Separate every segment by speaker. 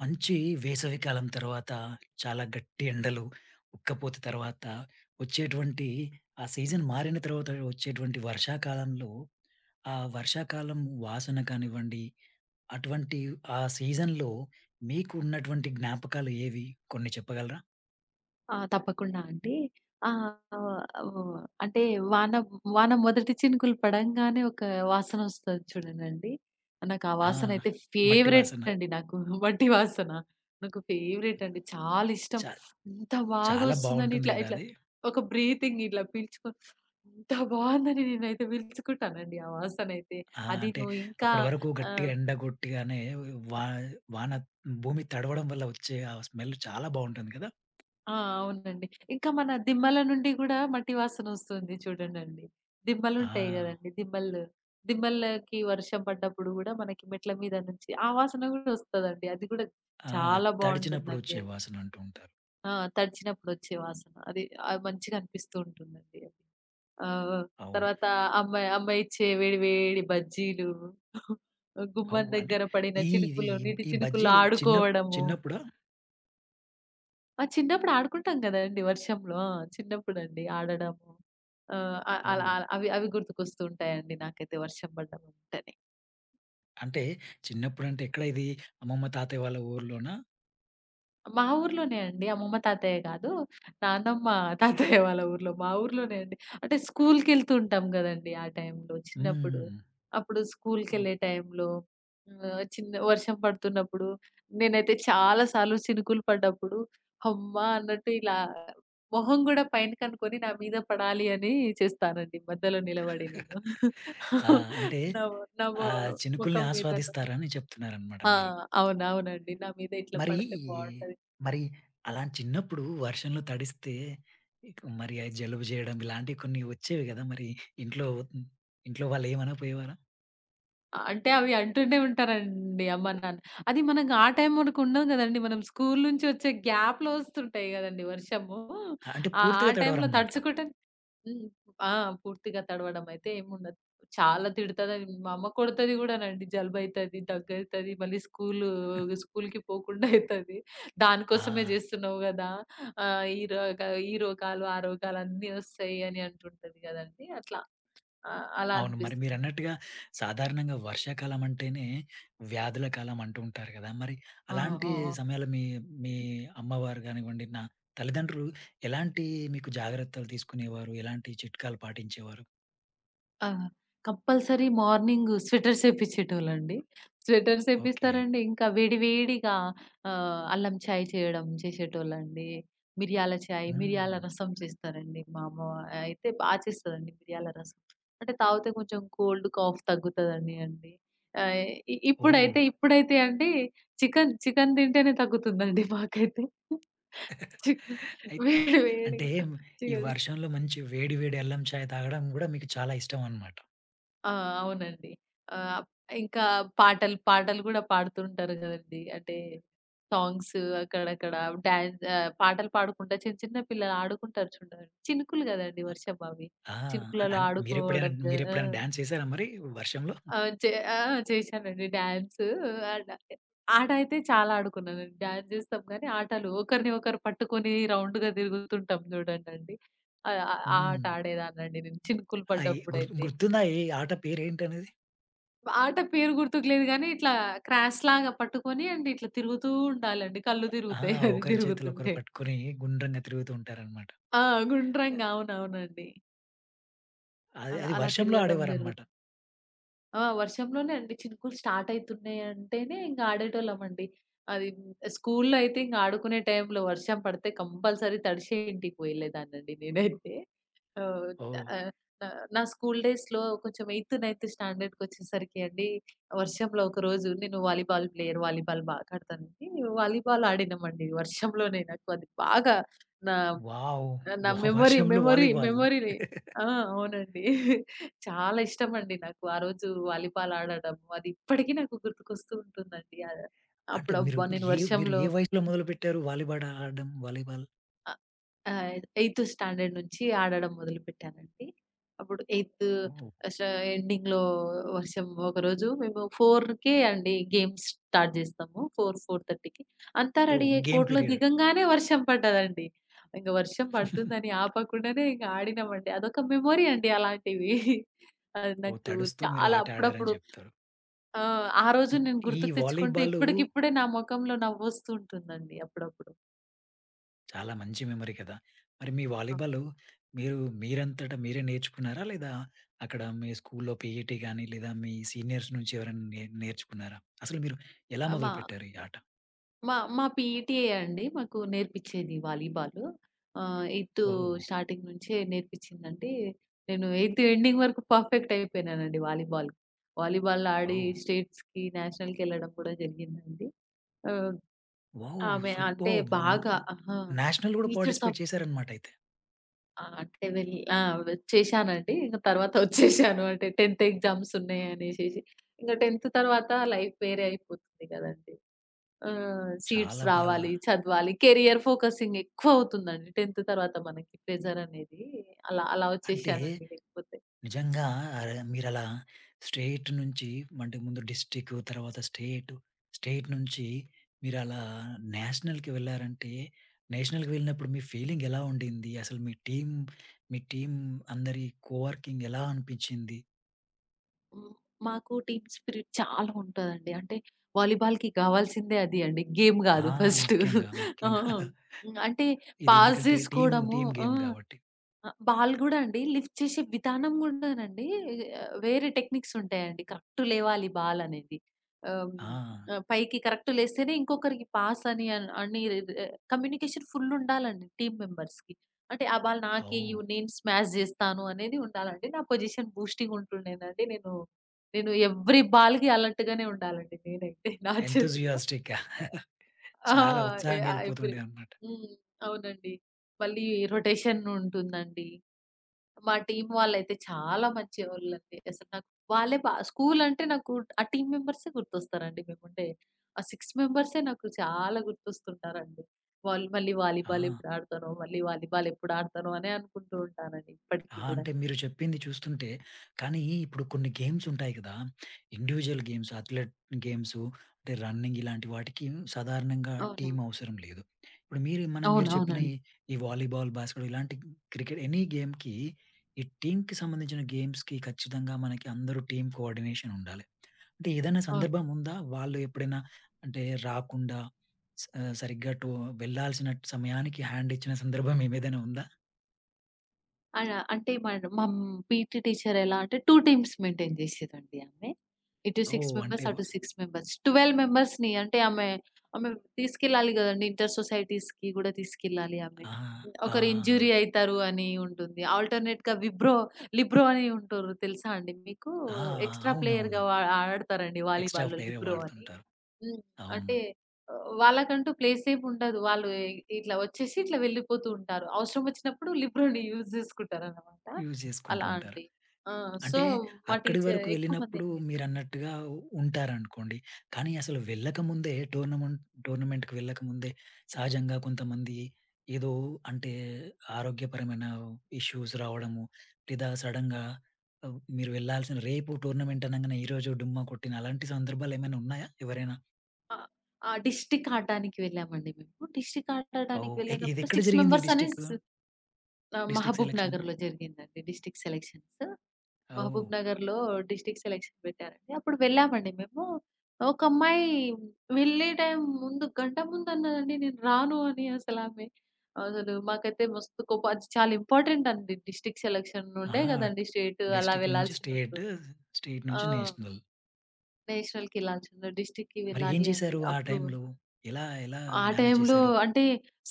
Speaker 1: మంచి వేసవికాలం తర్వాత చాలా గట్టి ఎండలు, ఉక్కపోత తర్వాత వచ్చేటువంటి ఆ సీజన్ మారిన తర్వాత వచ్చేటువంటి వర్షాకాలంలో, ఆ వర్షాకాలం వాసన కానివ్వండి, అటువంటి ఆ సీజన్‌లో మీకు ఉన్నటువంటి జ్ఞాపకాలు ఏవి? కొన్ని చెప్పగలరా?
Speaker 2: ఆ! తప్పకుండా అండి. ఆహ్, ఆహ్, అంటే వాన వాన మొదటి చినుకులు పడంగానే ఒక వాసనొస్తది చూడండండి. నాకు ఆ
Speaker 1: ఆ!
Speaker 2: వాసనైతే
Speaker 1: మట్టి
Speaker 2: ఫేవరెట్
Speaker 1: వాసన.
Speaker 2: అండి నాకు. మట్టి వాసన. నాకు ఫేవరెట్ అండి. చాలా ఇష్టం.
Speaker 1: చా
Speaker 2: ఎంత
Speaker 1: చాలా
Speaker 2: బాగొస్తుందని
Speaker 1: బావుంటుంది
Speaker 2: ఇట్లా
Speaker 1: గదా!
Speaker 2: ఇట్లా
Speaker 1: అది.
Speaker 2: ఒక బ్రీతింగ్ ఇట్లా పీల్చుకొని ఎంత బావుందని నేనైతే పీల్చుకుంటానండి ఆ వాసనైతే.
Speaker 1: ఆ! అంటే
Speaker 2: అదీను ఇంకా
Speaker 1: అప్పటి వరకు గట్టిగా
Speaker 2: ఆహ్
Speaker 1: ఎండ కొట్టగానే వా వాన భూమి తడవడం వల్ల వచ్చే ఆ స్మెల్ చాలా బావుంటుంది గదా!
Speaker 2: ఆ! అవునండి. ఇంకా మన దిమ్మల నుండి గూడా మట్టి వాసనొస్తుంది చూడండండి. దిమ్మలుంటాయి
Speaker 1: ఆ!
Speaker 2: గదండీ! దిమ్మలకి వర్షం పడ్డప్పుడు గూడా మనకి మెట్ల మీద నుంచి ఆ వాసన గూడా ఒస్తదండి. అది గూడా
Speaker 1: ఆ!
Speaker 2: చాలా
Speaker 1: తడిచినప్పుడు
Speaker 2: బావుంటుందండి
Speaker 1: వచ్చే
Speaker 2: అది.
Speaker 1: వాసనంటూ ఉంటారు.
Speaker 2: ఆ! తడిచినప్పుడొచ్చే వాసన. మంచిగా అనిపిస్తూ ఉంటుందండి అది. ఆహ్,
Speaker 1: అవును.
Speaker 2: తర్వాత అమ్మ అమ్మ ఇచ్చే వేడి వేడి బజ్జీలు, గుమ్మం
Speaker 1: ఓహ్! అంటే
Speaker 2: దగ్గర పడిన
Speaker 1: ఈ
Speaker 2: చినుకులు, నీటి
Speaker 1: ఈ
Speaker 2: చినుకుల్లో
Speaker 1: బజ్జీలు
Speaker 2: ఆడుకోవడము.
Speaker 1: చిన్నప్పుడా?
Speaker 2: ఆ! చిన్నప్పుడు ఆడుకుంటాం గదండీ వర్షంలో. ఆ! చిన్నప్పుడండి ఆడడము. ఆహ్, అ అలా
Speaker 1: ఓహ్!
Speaker 2: అలా అవి అవి గుర్తుకొస్తూ ఉంటాయండి నాకైతే వర్షం పడ్డం అంటేనే.
Speaker 1: అంటే చిన్నప్పుడంటే ఎక్కడ ఇది అమ్మమ్మ, తాతయ్య వాళ్ళ ఊర్లోనా?
Speaker 2: మా ఊర్లోనే అండి. అమ్మమ్మ, తాతయ్య కాదు. నానమ్మ, తాతయ్య వాళ్ళ ఊర్లో. మా ఊర్లోనే అండి. అంటే స్కూల్‌కెళ్తూ ఉంటాం గదండీ ఆ టైంలో చిన్నప్పుడు.
Speaker 1: హ్మ్.
Speaker 2: అప్పుడు
Speaker 1: ఓకే.
Speaker 2: స్కూల్‌కెళ్ళే టైంలో చిన్న వర్షం పడుతున్నప్పుడు నేనైతే చాలా సార్లు చినుకులు పడ్డప్పుడు హమ్మా! అన్నట్టు ఇలా మొహం గూడా పైన కనుకొని నా మీద పడాలి అని చేస్తానండి. మధ్యలో నిలబడి నేను.
Speaker 1: ఆ! అంటే
Speaker 2: నా నా మొ
Speaker 1: ఆ చినుకుల్ని
Speaker 2: మొఖం మీద.
Speaker 1: ఆస్వాదిస్తారని చెప్తున్నారనమాట
Speaker 2: ఆ!
Speaker 1: మీరు.
Speaker 2: అవును. అవునండి. నా మీద ఇట్లా
Speaker 1: మరి
Speaker 2: పడితే బావుంటది.
Speaker 1: మరి అలా చిన్నప్పుడు వర్షంలో తడిస్తే ఇక మరి ఆ జలుబు జేయడం ఇలాంటివి కొన్ని వచ్చేవి గదా! మరి ఇంట్లో ఇంట్లో వాళ్ళేమనకపోయేవారా?
Speaker 2: ఆ! అంటే అవి అంటూనే ఉంటారండి అమ్మ, నాన్న. అది మనకు ఆ టైం వరకు ఉండం గదండీ. మనం స్కూల్ నుంచి వచ్చే గ్యాప్‌లో వస్తుంటాయి గదండీ వర్షము.
Speaker 1: అంటే
Speaker 2: ఆ! ఆ
Speaker 1: పూర్తిగా
Speaker 2: టైంలో
Speaker 1: తడవరనమాట.
Speaker 2: తడుచుకుంటే హ్మ్. ఆ! పూర్తిగా తడవడం అయితే ఏముండదు. చాలా తిడతదండి. మా అమ్మ కొడతది గూడానండి. జలుబైతది, దగ్గైతది, మళ్ళీ స్కూల్‌కి పోకుండా అయితది.
Speaker 1: ఆ!
Speaker 2: దానికోసమే జేస్తున్నావు గదా! ఆహ్, ఈ రోగ ఈ రోగాలు, ఆ రోగాలు అన్నీ వస్తాయి అని అంటుంటది గదండీ. అట్లా. ఆ! అలా
Speaker 1: అవును. మరి
Speaker 2: అనిపిస్తుందండి.
Speaker 1: మీరన్నట్టుగా సాధారణంగా వర్షాకాలం అంటేనే వ్యాధుల కాలం అంటూ ఉంటారు కదా! మరి
Speaker 2: ఆ!
Speaker 1: అలాంటి
Speaker 2: ఆ! ఆ!
Speaker 1: సమయాల్లో మీ మీ అమ్మవారు గానివ్వండి, నా తల్లిదండ్రులు ఎలాంటి మీకు జాగ్రత్తలు తీసుకునేవారు? ఎలాంటి చిట్కాలు పాటించేవారు?
Speaker 2: ఆ! కంపల్సరీ మార్నింగ్ స్వెటర్స్ ఏపిచ్చేటోళ్ళండి. Sweaters
Speaker 1: okay.
Speaker 2: ఏపిస్తారండి. ఇంకా వేడి వేడిగా అల్లం చాయ్ చేయడం చేసేటోళ్ళండి. మిరియాల చాయ్, మిరియాల
Speaker 1: హ్మ్.
Speaker 2: రసం చేస్తారండి. మా అమ్మ అయితే బా చేస్తదండి మిరియాల రసం. అంటే తాగితే కొంచెం కోల్డ్, కాఫ్ తగ్గుతదని అండి. ఆహ్, ఇ
Speaker 1: ఓహ్!
Speaker 2: ఇప్పుడైతే ఇప్పుడైతే అండి చికెన్ చికెన్ తింటేనే తగ్గుతుందండి మాకైతే. చికెన్
Speaker 1: అయిత్
Speaker 2: వేడి
Speaker 1: అంటే
Speaker 2: వేడిగా
Speaker 1: ఈ
Speaker 2: చికెన్
Speaker 1: వర్షంలో మంచి వేడి వేడి అల్లం చాయ్ తాగడం గూడా మీకు చాలా ఇష్టం అన్నమాట.
Speaker 2: ఆ! అవునండి. ఆహ్, ఇంకా పాటలు గూడా పాడుతుంటారు గదండీ. అంటే సాంగ్స్ అక్కడక్కడ డాన్స్ పాటలు పాడుకుంటా చిన్న చిన్న పిల్లలు ఆడుకుంటారు చూడండి. చినుకులు గదండీ వర్షం అవి.
Speaker 1: ఆ! ఆ!
Speaker 2: చినుకులలో
Speaker 1: అన్ మీరెప్పుడైనా
Speaker 2: ఆడుకోవడం జ
Speaker 1: మీరెప్పుడైనా డాన్స్ చేసారా మరి వర్షంలో?
Speaker 2: ఆ! చేశానండి డాన్సు. ఆట ఆట అయితే చాలా ఆడుకున్నానండి. డాన్స్ జేస్తాం గానీ ఆటలు ఒకరిని ఒకరు పట్టుకొని రౌండ్‌గా తిరుగుతుంటాం జూడండండి. ఆహ్, ఆ
Speaker 1: హ్మ్.
Speaker 2: ఆట ఆడేదాన్నండి నేను చినుకులు
Speaker 1: అయి గుర్
Speaker 2: పడ్డప్పుడైతే.
Speaker 1: గుర్తుందా? ఏ ఆట పేరేంటనేది?
Speaker 2: ఆట పేరు గుర్తుకు లేదు గానీ, ఇట్లా క్రాష్‌లాగా పట్టుకొని అండ్ ఇట్లా తిరుగుతూ ఉండాలండి. కళ్ళు
Speaker 1: ఆ!
Speaker 2: తిరుగుతాయి అది
Speaker 1: ఒకరి చేతులు ఒకరు
Speaker 2: తిరుగుతుంటే.
Speaker 1: పట్టుకొని గుండ్రంగా తిరుగుతూ ఉంటారనమాట.
Speaker 2: ఆ! గుండ్రంగా అవునవునండి.
Speaker 1: అది
Speaker 2: అలా
Speaker 1: అది
Speaker 2: అలా
Speaker 1: వర్షంలో
Speaker 2: తిరగడం
Speaker 1: ఆడేవారనమాట.
Speaker 2: జరుగుతుంది. ఆ! వర్షంలోనే అండి. చినుకులు స్టార్ట్ అయితున్నాయంటేనే ఇంక ఆడేటోళ్ళమండి. అది స్కూల్‌లో అయితే ఇంక ఆడుకునే టైంలో వర్షం పడితే కంపల్సరీ తడిసే ఇంటికి వెళ్ళేదాన్నండి నేనైతే. ఆహ్,
Speaker 1: ఓహ్!
Speaker 2: ఆహ్, నా నా స్కూల్ డేస్‌లో కొంచెం ఎయిత్, నైన్త్ స్టాండర్డ్‌కొచ్చేసరికి అండి వర్షంలో ఒకరోజు నేను వాలీబాల్ ప్లేయర్. వాలీబాల్ బాగా ఆడతానండి. వాలీబాల్ ఆడినామండి వర్షంలోనే. నాకు అది బాగా నా
Speaker 1: వావ్!
Speaker 2: ఆ! నా మెమొరీ,
Speaker 1: వర్షంలో
Speaker 2: మెమొరీ,
Speaker 1: వాలీబాల్.
Speaker 2: మెమొరీని. ఆ! అవునండి. చాలా ఇష్టమండి నాకు. ఆ రోజు వాలీబాల్ ఆడడం అది ఇప్పటికి నాకు గుర్తుకొస్తూ ఉంటుందండి.
Speaker 1: అంటే మీరు
Speaker 2: అప్పుడబ్బా!
Speaker 1: మీరు
Speaker 2: నేను
Speaker 1: ఏ మీరు
Speaker 2: వర్షంలో
Speaker 1: ఏ వయసులో మొదలుపెట్టారు వాలీబాల్ ఆడడం? వాలీబాల్?
Speaker 2: ఆ! ఎయిత్ స్టాండర్డ్ నుంచి ఆడడం మొదలుపెట్టానండి. అప్పుడు ఎయిత్
Speaker 1: ఓహ్!
Speaker 2: ష ఎండింగ్‌లో వర్షం ఒకరోజు మేము 4కే అండి గేమ్స్ స్టార్ట్ చేస్తాము. 4, 4:30కి అంతా
Speaker 1: ఓహ్!
Speaker 2: రెడీ అయ్యి
Speaker 1: గేమ్
Speaker 2: కోర్ట్‌లో
Speaker 1: పీరియడ్.
Speaker 2: దిగంగానే వర్షం పడ్డదండి. ఇంక వర్షం పడుతుందని ఆపకుండానే ఇంక ఆడినామండి. అదొక మెమొరీ అండి అలాంటివి. అది
Speaker 1: ఓహ్!
Speaker 2: నాకు
Speaker 1: తడుస్తూ మీరు
Speaker 2: చాలా
Speaker 1: ఆట ఆడారని
Speaker 2: అప్పుడప్పుడు
Speaker 1: చెప్తారు.
Speaker 2: ఆ రోజు
Speaker 1: అన్
Speaker 2: నేను
Speaker 1: ఈ
Speaker 2: గుర్తుకు తెచ్చుకుంటే
Speaker 1: వాలీబాలు
Speaker 2: ఇప్పటికిప్పుడే నా మొఖంలో నవ్వొస్తూ ఉంటుందండి అప్పుడప్పుడు.
Speaker 1: చాలా మంచి మెమరీ కదా! మరి మీ వాలీబాలు మీరు మీరంతట మీరే నేర్చుకున్నారా? లేదా అక్కడ మీ స్కూల్‌లో పీఈటీ గాని, లేదా మీ సీనియర్స్ నుంచి ఎవరైనా నేర్చుకున్నారా? అసలు మీరు ఎలా
Speaker 2: ఆహ్, మా
Speaker 1: మొదలుపెట్టారు ఈ ఆట?
Speaker 2: మా మా పీఈటీయే అండి మాకు నేర్పించేది వాలీబాలు. Eighth
Speaker 1: oh!
Speaker 2: స్టార్టింగ్ నుంచే నేర్పించిందంటే, నేను ఎయిత్ ఎండింగ్ వరకు పర్ఫెక్ట్ అయిపోయినానండి వాలీబాల్. వాలీబాల్ ఆడి
Speaker 1: ఓహ్!
Speaker 2: స్టేట్స్‌కి, నేషనల్‌కెళ్ళడం కూడా జరిగిందండి. ఆహ్,
Speaker 1: వావ్!
Speaker 2: ఆమె అంటే
Speaker 1: సూపర్బ్!
Speaker 2: బాగా ఆహా!
Speaker 1: నేషనల్ కూడా
Speaker 2: టీచర్స్ ఆఫ్
Speaker 1: పార్టిసిపేట్ చేశారన్నమాట అయితే.
Speaker 2: ఆహ్, అంటే వెల్ ఆ! చేశానండి. ఇంక తర్వాత వచ్చేసాను. అంటే 10థ్ ఎగ్జామ్స్ ఉన్నాయి అనేసేసి. ఇంక 10థ్ తర్వాత లైఫ్ వేరే అయిపోతుంది కదండీ! సీట్స్
Speaker 1: చాలా బాగా.
Speaker 2: రావాలి, చదవాలి. కెరియర్ ఫోకసింగ్ ఎక్కువవుతుందండి 10థ్ తర్వాత మనకి ప్రెజరనేది. అలా
Speaker 1: అంటే
Speaker 2: వచ్చేసానండి లేకపోతే.
Speaker 1: నిజంగా ఆహ్, మీరలా స్టేట్ నుంచి అంటే ముందు డిస్ట్రిక్ట్ తర్వాత స్టేట్, స్టేట్ నుంచి మీరలా నేషనల్‌కి వెళ్లారంటే, నేషనల్‌కి వెళ్ళినప్పుడు మీ ఫీలింగ్ ఎలా ఉండింది? అసలు మీ టీమ్ అందరి కోవర్కింగ్ ఎలా అనిపించింది?
Speaker 2: హ్మ్. మాకు టీమ్ స్పిరిట్ చాలా ఉంటదండి. అంటే వాలీబాల్‌కి కావాల్సిందే అది అండి. గేమ్
Speaker 1: ఆ!
Speaker 2: గాదు ఫస్ట్. ఆ!
Speaker 1: ముఖ్యంగా
Speaker 2: అంటే
Speaker 1: ఇది
Speaker 2: పాస్
Speaker 1: ఎందుకంటే
Speaker 2: జేసుకోవడము
Speaker 1: టీమ్
Speaker 2: ఆ!
Speaker 1: గేమ్ కాబట్టి.
Speaker 2: ఆ! బాల్ గూడా అండి లిఫ్ట్ చేసే విధానం గూడానండి వేరే టెక్నిక్స్ ఉంటాయండి. కరెక్ట్ లేవాలి బాల్ అనేది. ఆహ్,
Speaker 1: ఆ!
Speaker 2: ఆహ్, పైకి కరెక్ట్ లేస్తేనే ఇంకొకరికి పాస్ అని అన్ అని కమ్యూనికేషన్ ఫుల్ ఉండాలండి టీమ్ మెంబర్స్‌కి. అంటే ఆ బాల్
Speaker 1: ఓహ్!
Speaker 2: నాకియ్యు నేను స్మాష్ జేస్తాను అనేది ఉండాలండి. నా పొజిషన్ బూస్టింగ్ ఉంటుండేనండి. నేను నేను ఎవ్రి బాల్‌కి అలర్ట్‌గానే ఉండాలండి నేనైతే నా చేతిలో.
Speaker 1: ఎంతూసియాస్టిక్‌గా
Speaker 2: ఆ!
Speaker 1: చాలా
Speaker 2: ఎ
Speaker 1: ఉత్సాహంగా
Speaker 2: ఆ! ఎవ్రి
Speaker 1: వెళ్ళిపోతుండే అనమాట.
Speaker 2: హ్మ్. అవునండి. మళ్ళీ రొటేషన్ ఉంటుందండి. మా టీమ్ వాళ్ళైతే చాలా మంచివాళ్ళండి. అసలు నాకు వాళ్ళే బా స్కూల్ అంటే నాకు ఆ టీమ్ మెంబర్సే గుర్తొస్తారండి మేముండే. ఆ 6 మెంబర్సే నాకు చాలా గుర్తొస్తుంటారండి. వాళ్ళు మళ్ళీ
Speaker 1: ఆ!
Speaker 2: వాలీబాల్ ఎప్పుడు ఆడతానో, మళ్ళీ వాలీబాల్ ఎప్పుడు ఆడతానో అనే అనుకుంటూ ఉంటానండి
Speaker 1: ఆ!
Speaker 2: ఇప్పటికి గూడా.
Speaker 1: అంటే మీరు చెప్పింది చూస్తుంటే, కానీ ఇప్పుడు కొన్ని గేమ్స్ ఉంటాయి కదా! ఇండివిడ్యువల్ గేమ్స్, అథ్లెట్ గేమ్సు, అంటే రన్నింగ్ ఇలాంటి వాటికి సాధారణంగా టీమ్
Speaker 2: అవునవును.
Speaker 1: అవసరం లేదు. ఇప్పుడు మీరు చెప్పిన ఈ,
Speaker 2: అవునవునండి.
Speaker 1: ఈ వాలీబాల్, బాస్కెట్‌బాల్ ఇలాంటి క్రికెట్ ఎనీ గేమ్‌కి ఈ టీమ్‌కి సంబంధించిన గేమ్స్‌కి ఖచ్చితంగా మనకి అందరూ టీమ్ కోఆర్డినేషన్ ఉండాలి. అంటే ఏదైనా
Speaker 2: అవును.
Speaker 1: సందర్భం ఉందా? వాళ్ళు ఎప్పుడైనా అంటే రాకుండా స సరిగ్గా వెళ్ళాల్సిన సమయానికి హ్యాండ్ ఇచ్చిన సందర్భం ఏదైనా ఉందా?
Speaker 2: ఆ! అంటే మా పీటీ టీచర్ ఎలా అంటే 2 టీమ్స్ మెయింటైన్ చేసేదండి ఆమె. ఇటు 6
Speaker 1: ఓహ్! అంటే
Speaker 2: మెంబర్స్, అటు 6 మెంబర్స్. 12 మెంబర్స్‌ని అంటే ఆమె తీసుకెళ్ళాలి కదండీ! ఇంటర్ సొసైటీస్‌కి కూడా తీసుకెళ్ళాలి ఆమె.
Speaker 1: ఆ! ఆ!
Speaker 2: ఒకరు ఇంజ్యూరీ అయితారు అని ఉంటుంది. ఆల్టర్‌నేట్‌గా లిబ్రో అని ఉంటారు తెలుసా అండి మీకు?
Speaker 1: ఆ!
Speaker 2: ఎక్స్‌ట్రా
Speaker 1: అవునవునవును.
Speaker 2: ప్లేయర్‌గా వా ఆడతారండి
Speaker 1: ఎక్స్‌ట్రా
Speaker 2: వాలీబాల్‌లో
Speaker 1: ఫ్లేవర్
Speaker 2: లిబ్రో అని.
Speaker 1: వాడుతుంటారు.
Speaker 2: హ్మ్.
Speaker 1: అవును.
Speaker 2: అంటే వాళ్ళకంటూ ప్లేస్ ఏముండదు. వాళ్ళు ఇ ఇట్లా వచ్చేసి ఇట్లా వెళ్ళిపోతూ ఉంటారు. అవసరం వచ్చినప్పుడు లిబ్రోని యూజ్ జేసుకుంటారనమాట.
Speaker 1: యూజ్ చేసుకుంటూ
Speaker 2: అలా
Speaker 1: ఉంటారు.
Speaker 2: అండి. ఆ! సో,
Speaker 1: అంటే
Speaker 2: మా
Speaker 1: అక్కడి
Speaker 2: టీచర్
Speaker 1: వరకు
Speaker 2: ఎక్కువ
Speaker 1: వెళ్ళినప్పుడు
Speaker 2: మందేంటంటే
Speaker 1: మీరన్నట్టుగా ఉంటారనుకోండి. కానీ అసలు వెళ్ళకముందే టోర్నమెంట్‌కి వెళ్ళకముందే సహజంగా కొంతమంది ఏదో అంటే ఆరోగ్యపరమైన ఇష్యూస్ రావడము, లేదా సడెన్‌గా ఆహ్, మీరు వెళ్ళాల్సిన రేపు టోర్నమెంట్ అనంగానే ఈరోజు డుమ్మా కొట్టిన అలాంటి సందర్భాలేమైనా ఉన్నాయా? ఎవరైనా?
Speaker 2: ఆ! ఆ డిస్ట్రిక్ట్ ఆడడానికి వెళ్ళామండి మేము. డిస్ట్రిక్ట్ ఆడడానికి
Speaker 1: ఓహ్!
Speaker 2: వెళ్ళినప్పుడు
Speaker 1: ఇదెక్కడ
Speaker 2: 6
Speaker 1: జరిగింది ఈ
Speaker 2: మెంబర్స్
Speaker 1: డిస్ట్రిక్ట్,
Speaker 2: అనేసి
Speaker 1: డిస్ట్రిక్ట్
Speaker 2: మహబూబ్
Speaker 1: సెలక్షన్?
Speaker 2: నగర్‌లో జరిగిందండి డిస్ట్రిక్ట్ సెలక్షన్స్.
Speaker 1: ఓహ్!
Speaker 2: మహబూబ్‌నగర్‌లో డిస్ట్రిక్ట్ సెలక్షన్ పెట్టారండి. అప్పుడు వెళ్ళామండి మేము. ఒక అమ్మాయి వెళ్ళే టైం ముందు గంట ముందన్నదండి నేను రాను అని అసలామె. అసలు మాకైతే మస్తు కోపం అది చాలా ఇంపార్టెంట్ అండి. డిస్ట్రిక్ట్ సెలక్షన్ ఉండే
Speaker 1: ఆహా!
Speaker 2: గదండీ స్టేట్ అలా
Speaker 1: డిస్ట్రిక్ట్ నుంచి స్టేట్,
Speaker 2: వెళ్ళాల్సిందుంటుంది.
Speaker 1: స్టేట్
Speaker 2: ఆ!
Speaker 1: నుంచి నేషనల్.
Speaker 2: నేషనల్‌కెళ్ళాల్సింది డిస్ట్రిక్ట్‌కి
Speaker 1: మరి ఏం
Speaker 2: వెళ్ళాలి అని.
Speaker 1: చేశారు ఆ
Speaker 2: అప్పుడు
Speaker 1: టైంలో? ఎలా
Speaker 2: ఆ
Speaker 1: మేనేజ్
Speaker 2: టైంలో
Speaker 1: చేశారు?
Speaker 2: అంటే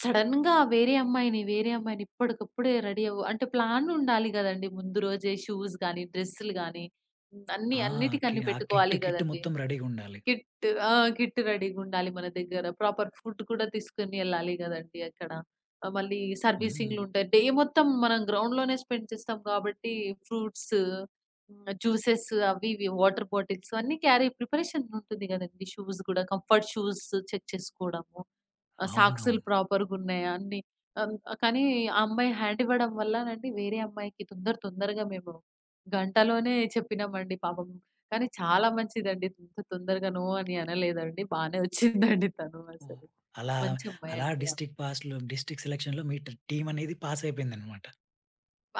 Speaker 2: సడెన్‌గా వేరే అమ్మాయిని ఇప్పటికప్పుడే రెడీ అవ్వు అంటే ప్లాన్ ఉండాలి గదండీ! ముందు రోజే షూస్ గాని, డ్రెస్సులు గాని హ్మ్. అన్నీ
Speaker 1: ఆ! కి
Speaker 2: అన్నిటికన్ని
Speaker 1: ఆ కిట్,
Speaker 2: పెట్టుకోవాలి
Speaker 1: కిట్
Speaker 2: గదండీ!
Speaker 1: మొత్తం రెడీగా ఉండాలి.
Speaker 2: కిట్ ఆ! కిట్ రెడీగుండాలి మన దగ్గర. ప్రాపర్ ఫుడ్ కూడా తీసుకొని ఎళ్ళాలి గదండీ అక్కడ. మళ్ళీ
Speaker 1: హ్మ్.
Speaker 2: సర్వీసింగ్‌లుంటాయి. డే మొత్తం మనం గ్రౌండ్‌లోనే స్పెండ్ చేస్తాం కాబట్టి ఫ్రూట్స్, హ్మ్. జ్యూసెస్ అవి ఇవి వాటర్ బాటిల్స్ అన్నీ క్యారీ ప్రిపరేషన్ ఉంటుంది గదండీ! షూస్ గూడా కంఫర్ట్ షూస్ చెక్ చేసుకోవడము. ఆ సాక్సులు
Speaker 1: అవునవును.
Speaker 2: ప్రాపర్‌గున్నాయా అన్నీ. అన్ కానీ ఆ అమ్మాయి హ్యాండ్ ఇవ్వడం వల్లనండి వేరే అమ్మాయికి తొందరగా మేము గంటలోనే చెప్పినామండి పాపం. కానీ చాలా మంచిదండి. ఇంత తొందరగా నో అని అనలేదండి. బానే వచ్చిందండి తను
Speaker 1: ఓహ్!
Speaker 2: అసలు.
Speaker 1: అలా,
Speaker 2: మంచి
Speaker 1: అలా
Speaker 2: అమ్మాయండి.
Speaker 1: డిస్ట్రిక్ట్ పాస్‌లో డిస్ట్రిక్ట్ సెలక్షన్‌లో మీ టీమ్ అనేది పాస్ అయిపోయిందన్నమాట.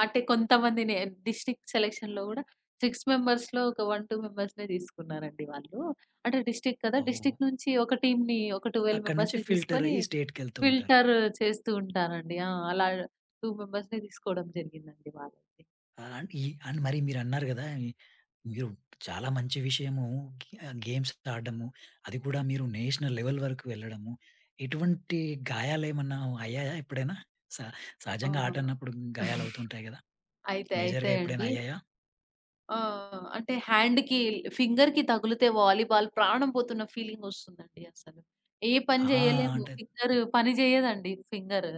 Speaker 2: అంటే కొంతమంది నే డిస్ట్రిక్ట్ సెలక్షన్‌లో గూడా 6 మెంబర్స్‌లో ఒక 1, 2 మెంబర్స్‌నే తీసుకున్నారండి వాళ్ళు. అంటే డిస్ట్రిక్ట్ కదా!
Speaker 1: ఓహ్!
Speaker 2: డిస్ట్రిక్ట్ నుంచి ఒక టీమ్‌ని ఒక 12
Speaker 1: అక్కడి నుంచి
Speaker 2: మెంబర్స్‌ని
Speaker 1: ఫిల్టర్
Speaker 2: తీసుకొని
Speaker 1: అయ్యి స్టేట్‌కెళ్తూ ఉంటారు.
Speaker 2: ఫిల్టర్ చేస్తూ ఉంటారండి. ఆ! అలా 2 మెంబర్స్‌ని తీసుకోవడం జరిగిందండి వాళ్ళకి.
Speaker 1: ఆ! ఈ అండ్ మరి మీరన్నారు గదా! మీరు చాలా మంచి విషయము గే గేమ్స్ ఆడడము, అది కూడా మీరు నేషనల్ లెవెల్ వరకు వెళ్ళడము. ఎటువంటి గాయాలేమన్నా అయ్యాయా ఎప్పుడైనా? స
Speaker 2: ఆ!
Speaker 1: సహజంగా ఆట అన్నప్పుడు గాయాలవుతుంటాయి గదా!
Speaker 2: అయితే అయితే
Speaker 1: మేజర్‌గా ఎప్పుడైనా
Speaker 2: అండి
Speaker 1: అయ్యాయా?
Speaker 2: ఆ! అంటే హ్యాండ్‌కి ఫింగర్‌కి తగిలితే వాలీబాల్ ప్రాణం పోతున్న ఫీలింగ్ వస్తుందండి అసలు. ఏ పని
Speaker 1: ఆ!
Speaker 2: జేయలేము.
Speaker 1: అంటే
Speaker 2: ఫింగర్ పని జేయదండి ఫింగర్.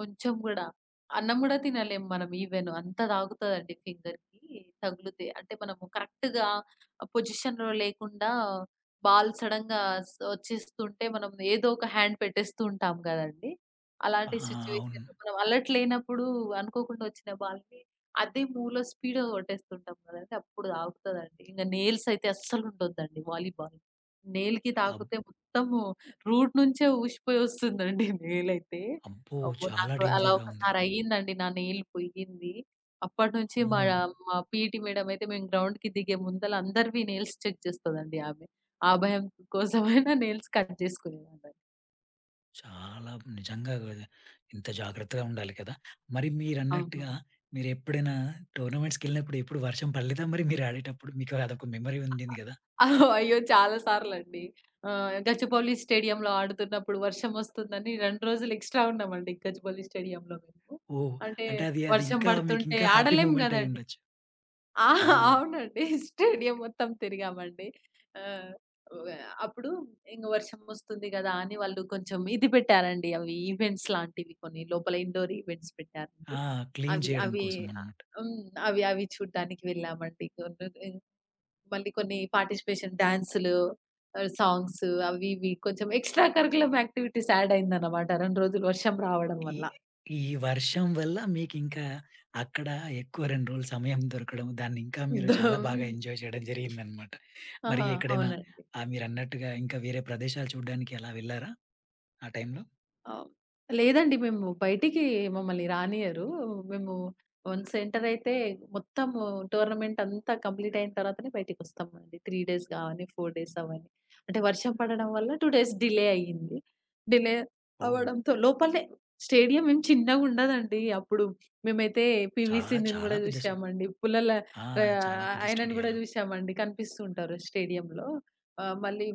Speaker 2: కొంచెం గూడా. అన్నం గూడా తినలేము మనం ఈవెన్ అంత తాగుతదండి ఫింగర్‌కి తగిలితే. అంటే మనము కరెక్ట్‌గా పొజిషన్‌లో లేకుండా బాల్ సడెన్‌గా వచ్చేస్తుంటే మనం ఏదో ఒక హ్యాండ్ పెట్టేస్తూ ఉంటాం గదండీ!
Speaker 1: ఆ!
Speaker 2: అలాంటి
Speaker 1: అవును.
Speaker 2: సిట్యుయేషన్‌లో మనం అలర్ట్ లేనప్పుడు అనుకోకుండా వచ్చిన బాల్‌ని అదే మూవ్‌లో స్పీడ్‌గా కొట్టేస్తుంటాం కదండీ! అప్పుడు తాకుతదండి. ఇంగ నెయిల్స్ అయితే అస్సలుండొద్దండి వాలీబాల్. నెయిల్‌కి
Speaker 1: అబ్
Speaker 2: తాకితే మొత్తము రూట్ నుంచే ఊసిపోయి వస్తుందండి నెయిలయితే.
Speaker 1: అబ్బో!
Speaker 2: అమ్మో!
Speaker 1: చాలా
Speaker 2: నాకు అలా
Speaker 1: డేంజర్‌గా ఉంది
Speaker 2: ఒకసారి
Speaker 1: గదా!
Speaker 2: అయ్యిందండి. నా నెయిల్ పోయింది. అప్పటినుంచి మా
Speaker 1: అమ్మో!
Speaker 2: మా పీఈటీ మేడమ్ అయితే మేము గ్రౌండ్‌కి దిగే ముందల అందరివి నెయిల్స్ చెక్ చేస్తదండి ఆమె. ఆ భయం కోసమైనా నెయిల్స్ కట్ చేసుకునేదాన్నండి.
Speaker 1: చాలా నిజంగా గూడా ఇంత జాగ్రత్తగా ఉండాలి కదా! మరి
Speaker 2: అవును.
Speaker 1: మీరన్నట్టుగా మీరెప్పుడైనా టోర్నమెంట్స్‌కెళ్ళినప్పుడు ఎప్పుడు వర్షం పడలేదా మరి మీరు ఆడేటప్పుడు? మీకు అదొక మెమరీ ఉండింది గదా!
Speaker 2: అయ్యో! చాలా సార్లండి. గచ్చిబౌలి స్టేడియంలో ఆడుతున్నప్పుడు వర్షం వస్తుందని 2 రోజులు ఎక్స్‌ట్రా ఉన్నామండి గచ్చిబౌలి స్టేడియంలో మేము.
Speaker 1: ఓహ్!
Speaker 2: అంటే
Speaker 1: అంటే అది అది
Speaker 2: వర్షం
Speaker 1: ఇంకా మీకు
Speaker 2: పడుతుంటే
Speaker 1: ఇంకా హ్యాపీ
Speaker 2: ఆడలేం
Speaker 1: మూమెంట్
Speaker 2: గదండీ!
Speaker 1: అయ్యుండొచ్చు.
Speaker 2: ఆ!
Speaker 1: ఆ!
Speaker 2: అవునండి. స్టేడియం మొత్తం తిరిగామండి. ఆహ్, వ అప్పుడు ఇంగ వర్షం వస్తుంది గదా! అని వాళ్ళు కొంచెం ఇది పెట్టారండి. అవి ఈవెంట్స్ లాంటివి కొన్ని లోపల ఇండోర్ ఈవెంట్స్
Speaker 1: ఆ!
Speaker 2: పెట్టారండి.
Speaker 1: క్లీన్
Speaker 2: అవి
Speaker 1: చేయడం
Speaker 2: అవి
Speaker 1: కోసం
Speaker 2: ఆహ్,
Speaker 1: అన్నమాట.
Speaker 2: హ్మ్. అవి అవి చూడ్డానికి వెళ్ళామండి. మళ్ళీ కొన్ని పార్టిసిపేషన్ డాన్సులు, సాంగ్స్ అవి ఇవి కొంచెం ఎక్స్‌ట్రా కరిక్యులమ్ యాక్టివిటీస్ యాడ్ అయిందనమాట 2 రోజులు వర్షం రావడం
Speaker 1: ఈ
Speaker 2: వల్ల.
Speaker 1: ఈ వర్షం వల్ల మీకింకా అక్కడ ఎక్కువ 2 రోజులు సమయం దొరకడం, దాన్ని ఇంకా మీరు
Speaker 2: హ్మ్.
Speaker 1: చాలా బాగా ఎంజాయ్ చేయడం జరిగిందన్నమాట. మరి
Speaker 2: ఆహా!
Speaker 1: ఎక్కడైనా
Speaker 2: అవునండి.
Speaker 1: ఆహ్, మీరన్నట్టుగా ఇంకా వేరే ప్రదేశాలు చూడడానికి అలా వెళ్లారా ఆ టైంలో?
Speaker 2: ఆ! లేదండి. మేము బయటికి మమ్మల్ని రానియ్యరు. మేము వన్స్ ఎంటర్ అయితే మొత్తము టోర్నమెంట్ అంతా కంప్లీట్ అయిన తర్వాతనే బయటికొస్తామండి. 3 డేస్ గావని, 4 డేస్ అవ్వని. అంటే వర్షం పడడం వల్ల 2 డేస్ డిలే అయ్యింది. Delay
Speaker 1: oh!
Speaker 2: అవ్వడంతో లోపలనే స్టేడియం ఏం చిన్నగుండదండి. అప్పుడు మేమైతే
Speaker 1: చా
Speaker 2: పీవీ సింధుని
Speaker 1: చాలా
Speaker 2: గూడా
Speaker 1: పెద్ద
Speaker 2: జూసామండి.
Speaker 1: ఆ! చాలా పెద్ద
Speaker 2: ఆయనను గూడా
Speaker 1: స్టేడియాలో.
Speaker 2: జూసామండి. కనిపిస్తూ ఉంటారు స్టేడియంలో. ఆహ్, మళ్ళీ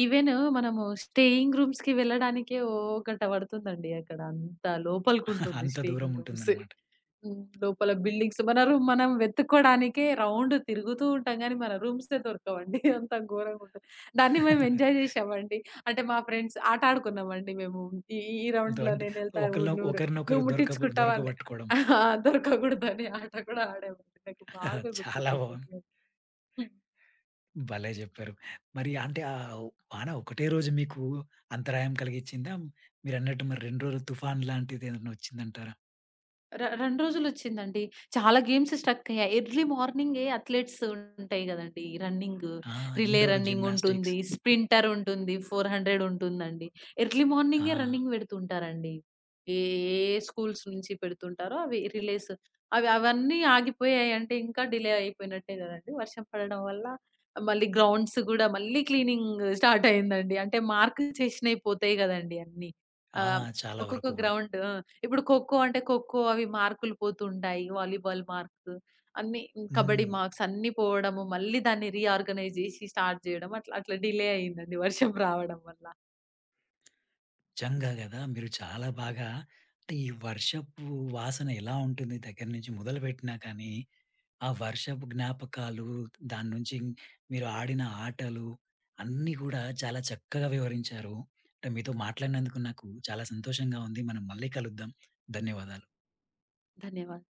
Speaker 2: ఈవెన్ మనము స్టేయింగ్ రూమ్స్‌కి వెళ్ళడానికే ఓ గంట పడుతుందండి అక్కడ. అంత లోపలికుంటుంది
Speaker 1: అంత దూరం
Speaker 2: స్టేయింగ్ రూమ్స్.
Speaker 1: ఉంటుందన్నమాట.
Speaker 2: హ్మ్. లోపల బిల్డింగ్స్ మన రూమ్ మనం వెతుక్కోడానికే రౌండ్ తిరుగుతూ ఉంటాం గానీ, మన రూమ్సే దొరకవండి. అంత ఘోరంగుంటది. దాన్ని మేము ఎంజాయ్ జేశామండి. అంటే మా ఫ్రెండ్స్ ఆట ఆడుకున్నామండి మేము. ఈ ఈ రౌండ్‌లో
Speaker 1: దొంటే
Speaker 2: నేనెళ్తా ర్ నువ్వు
Speaker 1: ఒకరినొకరు
Speaker 2: ముట్టించుకుంటావని.
Speaker 1: దొరకబట్టుకోవడం.
Speaker 2: దొరకకూడదని ఆట కూడా ఆడామండి. నాకు బాగా
Speaker 1: చాలా బావుంది.
Speaker 2: గుర్తుకుందండి అది.
Speaker 1: భలే జెప్పారు. మరి అంటే ఆహ్, వాన ఒకటే రోజు మీకు అంతరాయం కలిగిచ్చిందా? మీరన్నట్టు మరి 2 రోజులు తుఫాన్ లాంటిదేదన్నా ఒచ్చిందంటారా?
Speaker 2: 2 రోజులొచ్చిందండి. చాలా గేమ్స్ స్ట్రక్కయ్యాయి. ఎర్లీ మార్నింగే అథ్లెట్స్ ఉంటాయి గదండీ! రన్నింగ్,
Speaker 1: ఆ!
Speaker 2: Relay
Speaker 1: indoor gymnastics.
Speaker 2: రన్నింగుంటుంది, స్ప్రింటర్ ఉంటుంది, 400 ఉంటుందండి. ఎర్లీ
Speaker 1: ఆ!
Speaker 2: మార్నింగే రన్నింగ్ పెడుతుంటారండి. ఏ ఏ స్కూల్స్ నుంచి పెడుతుంటారో అవి రిలేస్ అవి అవన్నీ ఆగిపోయాయంటే ఇంకా డిలే అయిపోయినట్టే గదండీ! వర్షం పడడం వల్ల మళ్ళీ గ్రౌండ్స్ గూడా మళ్ళీ క్లీనింగ్ స్టార్ట్ అయిందండి. అంటే మార్క్ చేసినయి పోతాయి గదండీ అన్నీ.
Speaker 1: ఆ!
Speaker 2: ఆహ్,
Speaker 1: చాలా
Speaker 2: ఒక్కొక్క
Speaker 1: వరకు గూడా.
Speaker 2: గ్రౌండ్ ఆ! ఇప్పుడు ఖోఖో అంటే ఖోఖో అవి మార్కులు పోతుంటాయి. వాలీబాల్ మార్క్స్ అన్నీ కబడ్డీ
Speaker 1: హ్మ్.
Speaker 2: మార్క్స్ అన్నీ పోవడము, మళ్ళీ దాన్ని రీఆర్గనైజ్ జేసి స్టార్ట్ జేయడం అట్లా అట్లా డిలే అయిందండి వర్షం రావడం వల్ల.
Speaker 1: నిజంగా గదా! మీరు చాలా బాగా అంటే ఈ వర్షపు వాసన ఎలా ఉంటుంది దగ్గర నుంచి మొదలుపెట్టినా కానీ ఆ వర్షపు జ్ఞాపకాలు, దాని నుంచి మీరు ఆడిన ఆటలు అన్నీ గూడా చాలా చక్కగా వివరించారు. అంటే మీతో మాట్లాడినందుకు నాకు చాలా సంతోషంగా ఉంది. మనం మళ్ళీ కలుద్దాం. ధన్యవాదాలు.
Speaker 2: ధన్యవాదాలు.